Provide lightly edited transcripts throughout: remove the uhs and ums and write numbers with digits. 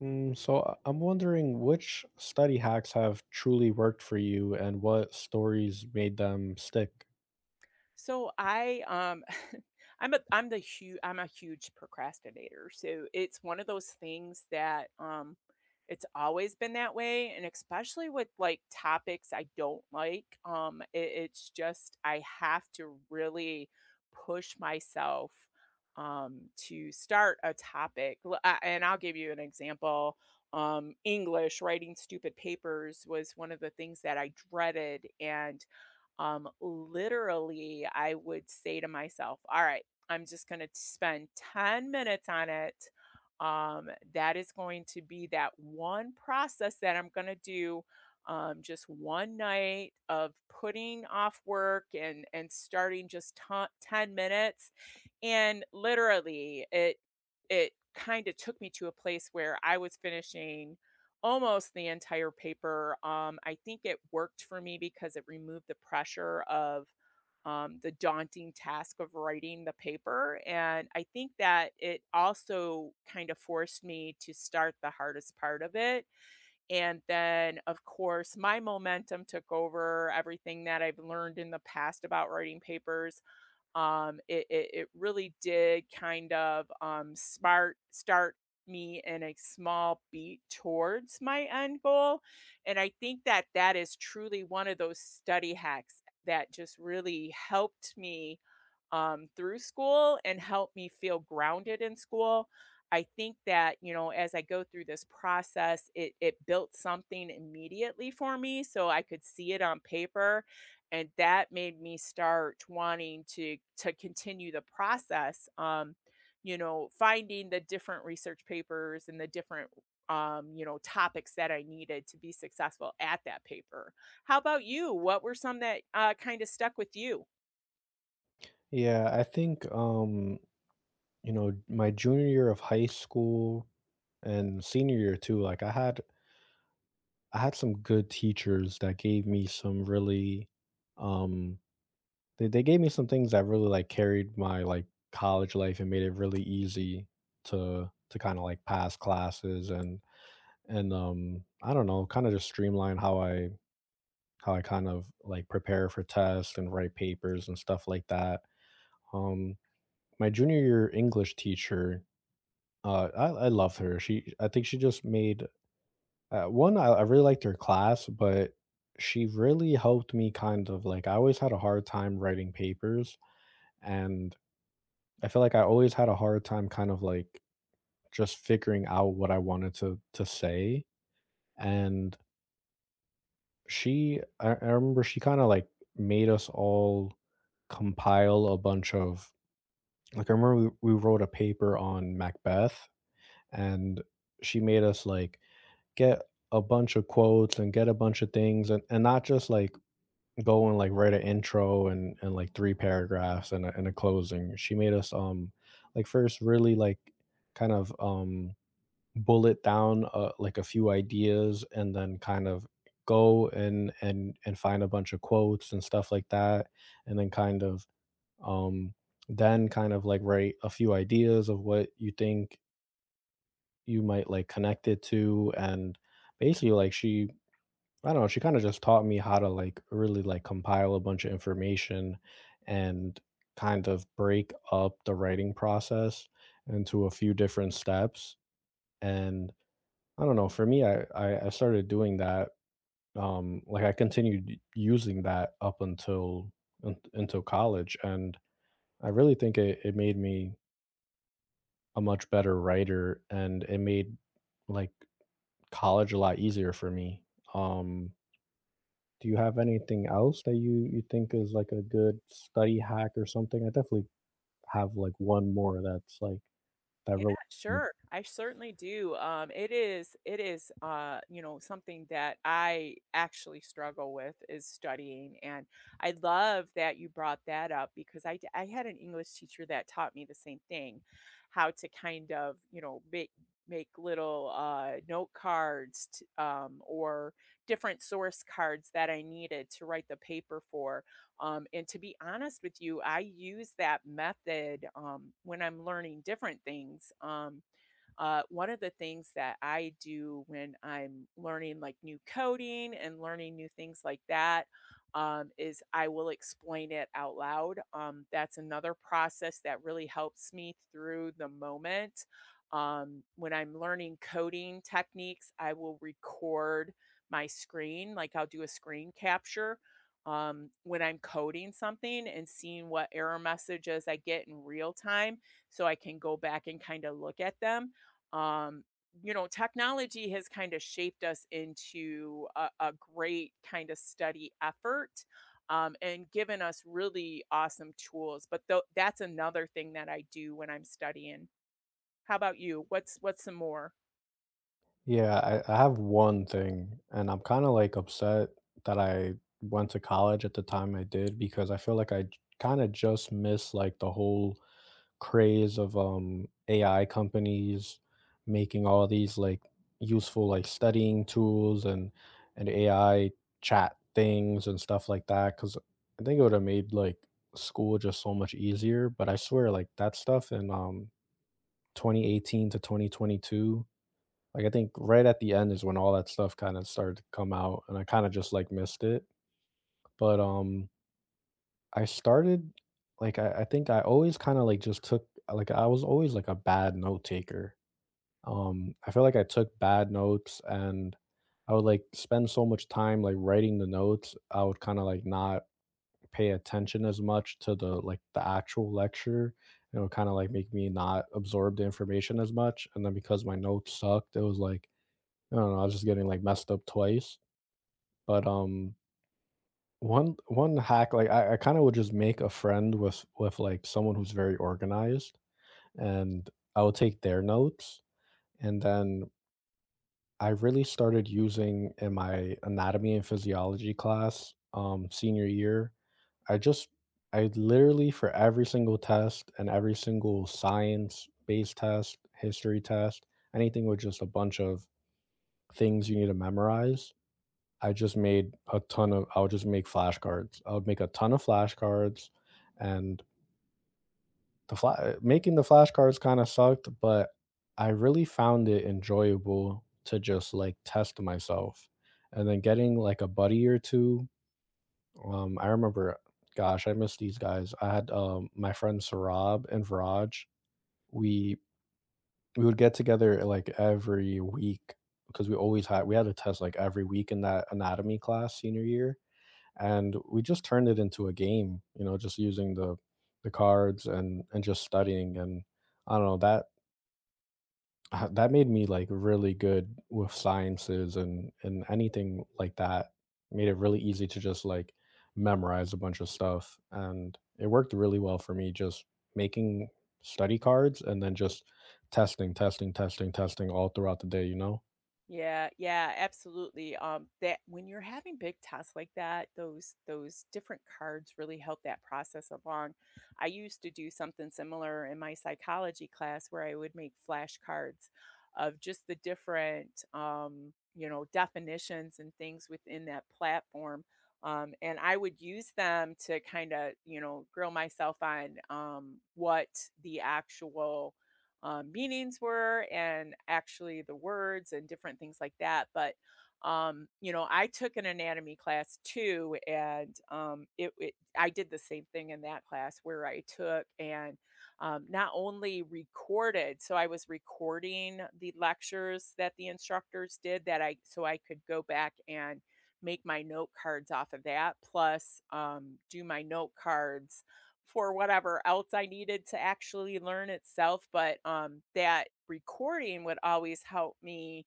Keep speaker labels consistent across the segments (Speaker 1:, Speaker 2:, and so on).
Speaker 1: I am wondering which study hacks have truly worked for you and what stories made them stick?
Speaker 2: So I I'm a I'm the huge I'm a huge procrastinator. So it's one of those things that it's always been that way, and especially with like topics I don't like. It's just I have to really push myself to start a topic. And I'll give you an example. English writing stupid papers was one of the things that I dreaded, and literally, I would say to myself, all right, I'm just going to spend 10 minutes on it. That is going to be that one process that I'm going to do. Just one night of putting off work and starting just 10 minutes, and literally it kind of took me to a place where I was finishing almost the entire paper. I think it worked for me because it removed the pressure of the daunting task of writing the paper. And I think that it also kind of forced me to start the hardest part of it. And then, of course, my momentum took over everything that I've learned in the past about writing papers. It really did kind of smart start me in a small beat towards my end goal. And I think that that is truly one of those study hacks that just really helped me through school and help me feel grounded in school. I think that, you know, as I go through this process, it built something immediately for me so I could see it on paper. And that made me start wanting to continue the process. You know, finding the different research papers and the different, you know, topics that I needed to be successful at that paper. How about you? What were some that kind of stuck with you?
Speaker 1: Yeah, I think you know, my junior year of high school and senior year too, like I had some good teachers that gave me some really um they gave me some things that really like carried my like college life and made it really easy to kind of like pass classes and and I don't know, kind of just streamline how I kind of like prepare for tests and write papers and stuff like that. Um, my junior year English teacher, I love her. I think she just made one. I really liked her class, but she really helped me kind of like I always had a hard time writing papers, and I feel like I always had a hard time kind of like just figuring out what I wanted to say and She I remember she kinda, like, made us all compile a bunch of like, I remember we wrote a paper on Macbeth, and she made us, like, get a bunch of quotes and get a bunch of things and not just, like, go and, like, write an intro and like, 3 paragraphs and a closing. She made us, like, first really, like, kind of, bullet down, like a few ideas and then kind of go and and find a bunch of quotes and stuff like that and then um kind of like write a few ideas of what you think you might like connect it to and basically like she I don't know, she kind of just taught me how to like really like compile a bunch of information and kind of break up the writing process into a few different steps and I don't know. For me, I started doing that, like, I continued using that up until un until college, and I really think it made me a much better writer, and it made, like, college a lot easier for me. Um, do you have anything else that you think is, like, a good study hack or something? I definitely have, like, one more that's, like, that
Speaker 2: Yeah,
Speaker 1: really
Speaker 2: sure. I certainly do. It is, you know, something that I actually struggle with is studying. And I love that you brought that up, because I had an English teacher that taught me the same thing, how to kind of, you know, make little note cards or different source cards that I needed to write the paper for. And to be honest with you, I use that method when I'm learning different things. One of the things that I do when I'm learning like new coding and learning new things like that is I will explain it out loud. That's another process that really helps me through the moment. When I'm learning coding techniques, I will record my screen, like I'll do a screen capture when I'm coding something and seeing what error messages I get in real time, so I can go back and kind of look at them. um, you know, technology has kind of shaped us into a great kind of study effort and given us really awesome tools. But that's another thing that I do when I'm studying. How about you? What's some more?
Speaker 1: Yeah, I have one thing, and I'm kind of like upset that I went to college at the time I did because I feel like I kind of just missed like the whole craze of AI companies making all these like useful like studying tools and AI chat things and stuff like that. Because I think it would have made like school just so much easier. But I swear, like that stuff in 2018 to 2022 like, I think right at the end is when all that stuff kinda started to come out, and I kinda just, like, missed it, but, I started like, I think I always kinda, like, just took like, I was always, like, a bad note taker. I feel like I took bad notes, and I would, like, spend so much time, like, writing the notes, I would kinda, like, not pay attention as much to the, like, the actual lecture, and it would kinda, like, make me not absorb the information as much, and then because my notes sucked, it was like I don't know, I was just getting, like, messed up twice, but, one hack, like, I kinda would just make a friend with like, someone who's very organized, and I would take their notes, and then I really started using in my anatomy and physiology class, senior year, I just I literally for every single test and every single science-based test, history test, anything with just a bunch of things you need to memorize, I just made a ton of I would just make flashcards. I would make a ton of flashcards and making the flashcards kind of sucked, but I really found it enjoyable to just like test myself. And then getting like a buddy or two. I remember gosh, I miss these guys. I had my friend Sarab and Viraj. We we would get together like every week because we had a test like every week in that anatomy class senior year and we just turned it into a game, you know, just using the cards and just studying and I don't know that that made me like really good with sciences and anything like that made it really easy to just like memorize a bunch of stuff, and it worked really well for me just making study cards and then just testing, testing, testing, testing all throughout the day, you know.
Speaker 2: Yeah, yeah, absolutely. That when you're having big tasks like that, those different cards really help that process along. I used to do something similar in my psychology class where I would make flashcards of just the different you know, definitions and things within that platform. And I would use them to kind of, you know, grill myself on what the actual meanings were, and actually the words and different things like that. But you know, I took an anatomy class too, and it, it I did the same thing in that class where I took and not only recorded, so I was recording the lectures that the instructors did that I so I could go back and make my note cards off of that, plus do my note cards for whatever else I needed to actually learn itself. But that recording would always help me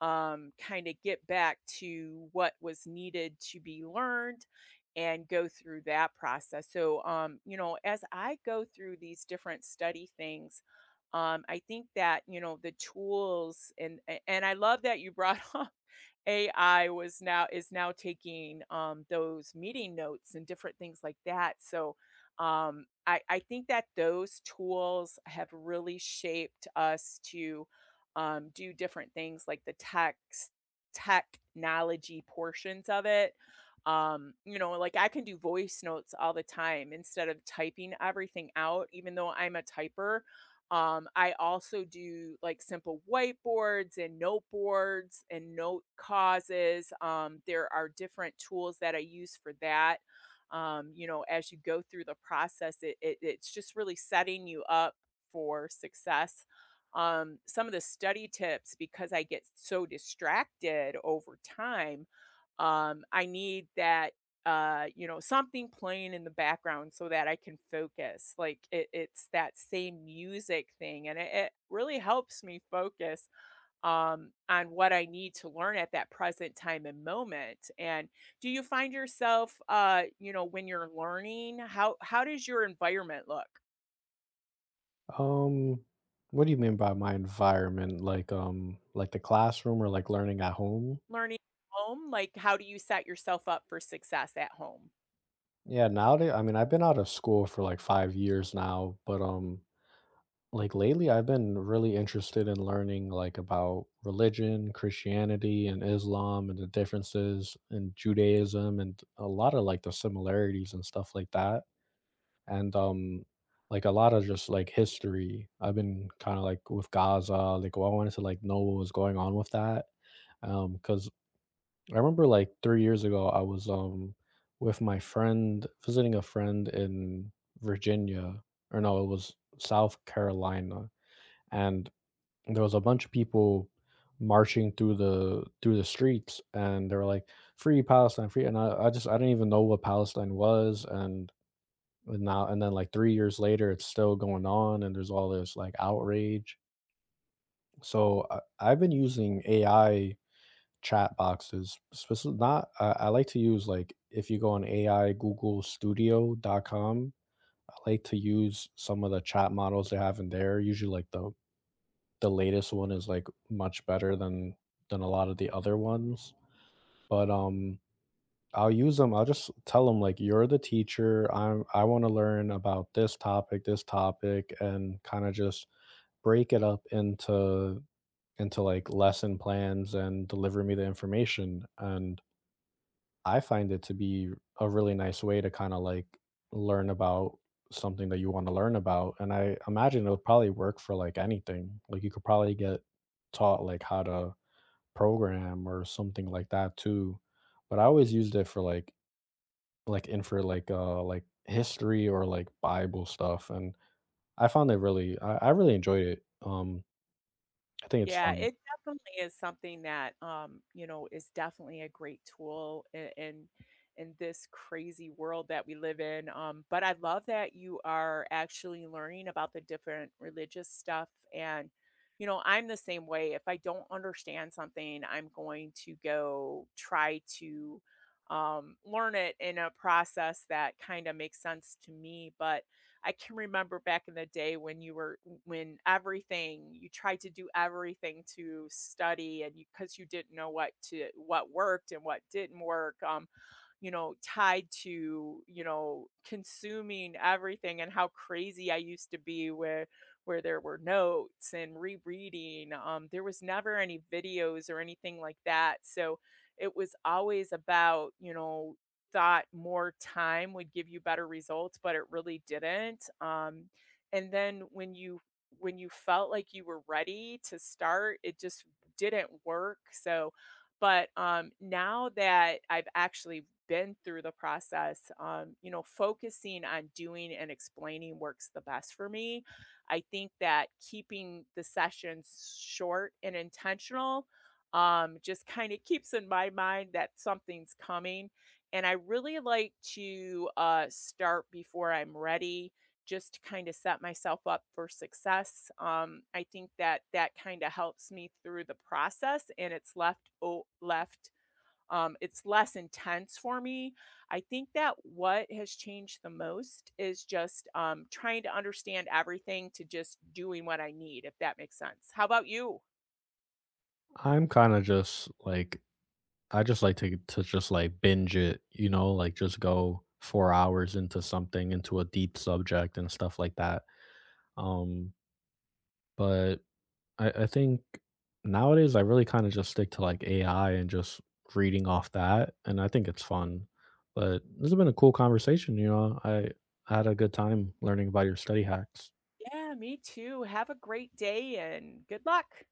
Speaker 2: kind of get back to what was needed to be learned and go through that process. So, you know, as I go through these different study things, I think that you know the tools. And I love that you brought up. AI was now is now taking, those meeting notes and different things like that, so, um, I think that those tools have really shaped us to, do different things like the text technology portions of it. You know, like, I can do voice notes all the time instead of typing everything out, even though I'm a typer. I also do like simple whiteboards and note boards and note causes. There are different tools that I use for that. You know, as you go through the process, it's just really setting you up for success. Some of the study tips, because I get so distracted over time. I need that, you know, something playing in the background so that I can focus. Like it's that same music thing, and it really helps me focus on what I need to learn at that present time and moment. And do you find yourself, you know, when you're learning, how does your environment look?
Speaker 1: Um, what do you mean by my environment? Like the classroom or like learning at home?
Speaker 2: Learning at home, like how do you set yourself up for success at home?
Speaker 1: Yeah, nowadays, I mean, I've been out of school for like 5 years now, but like lately, I've been really interested in learning like about religion, Christianity, and Islam, and the differences in Judaism, and a lot of like the similarities and stuff like that. And like a lot of just like history, I've been kind of like with Gaza, like, well, I wanted to like know what was going on with that, because I remember like 3 years ago I was with my friend visiting a friend in Virginia or no, it was South Carolina, and there was a bunch of people marching through the streets and they were like free Palestine, free, and I just I didn't even know what Palestine was, and now and then like 3 years later it's still going on and there's all this like outrage. So I've been using AI chat boxes. Specifically, not I like to use like if you go on aistudio.google.com, I like to use some of the chat models they have in there, usually like the latest one is like much better than a lot of the other ones, but I'll use them. I'll just tell them, like, you're the teacher. I want to learn about this topic, and kind of just break it up into like lesson plans and deliver me the information. And I find it to be a really nice way to kind of like learn about something that you want to learn about. And I imagine it would probably work for like anything. Like you could probably get taught like how to program or something like that too. But I always used it for like in for like history or like Bible stuff, and I found it really I really enjoyed it. I think it's
Speaker 2: Yeah,
Speaker 1: fun.
Speaker 2: it definitely is something that, you know, is definitely a great tool in this crazy world that we live in. But I love that you are actually learning about the different religious stuff. And, you know, I'm the same way. If I don't understand something, I'm going to go try to learn it in a process that kind of makes sense to me. But I can remember back in the day when you were when everything you tried to do everything to study, and you 'cause you didn't know what to what worked and what didn't work. You know, tied to, you know, consuming everything and how crazy I used to be where there were notes and rereading. There was never any videos or anything like that. So it was always about, you know, thought more time would give you better results, but it really didn't. And then when you felt like you were ready to start, it just didn't work. So, but now that I've actually been through the process, you know, focusing on doing and explaining works the best for me. I think that keeping the sessions short and intentional. Just kind of keeps in my mind that something's coming, and I really like to start before I'm ready, just to kind of set myself up for success. I think that that kind of helps me through the process, and it's left it's less intense for me. I think that what has changed the most is just trying to understand everything to just doing what I need, if that makes sense. How about you?
Speaker 1: I'm kind of just like I just like to just like binge it, you know, like just go 4 hours into something into a deep subject and stuff like that. Um but I think nowadays I really kinda just stick to, like, AI and just reading off that, and I think it's fun. But this has been a cool conversation, you know? I had a good time learning about your study hacks.
Speaker 2: Yeah, me too. Have a great day and good luck.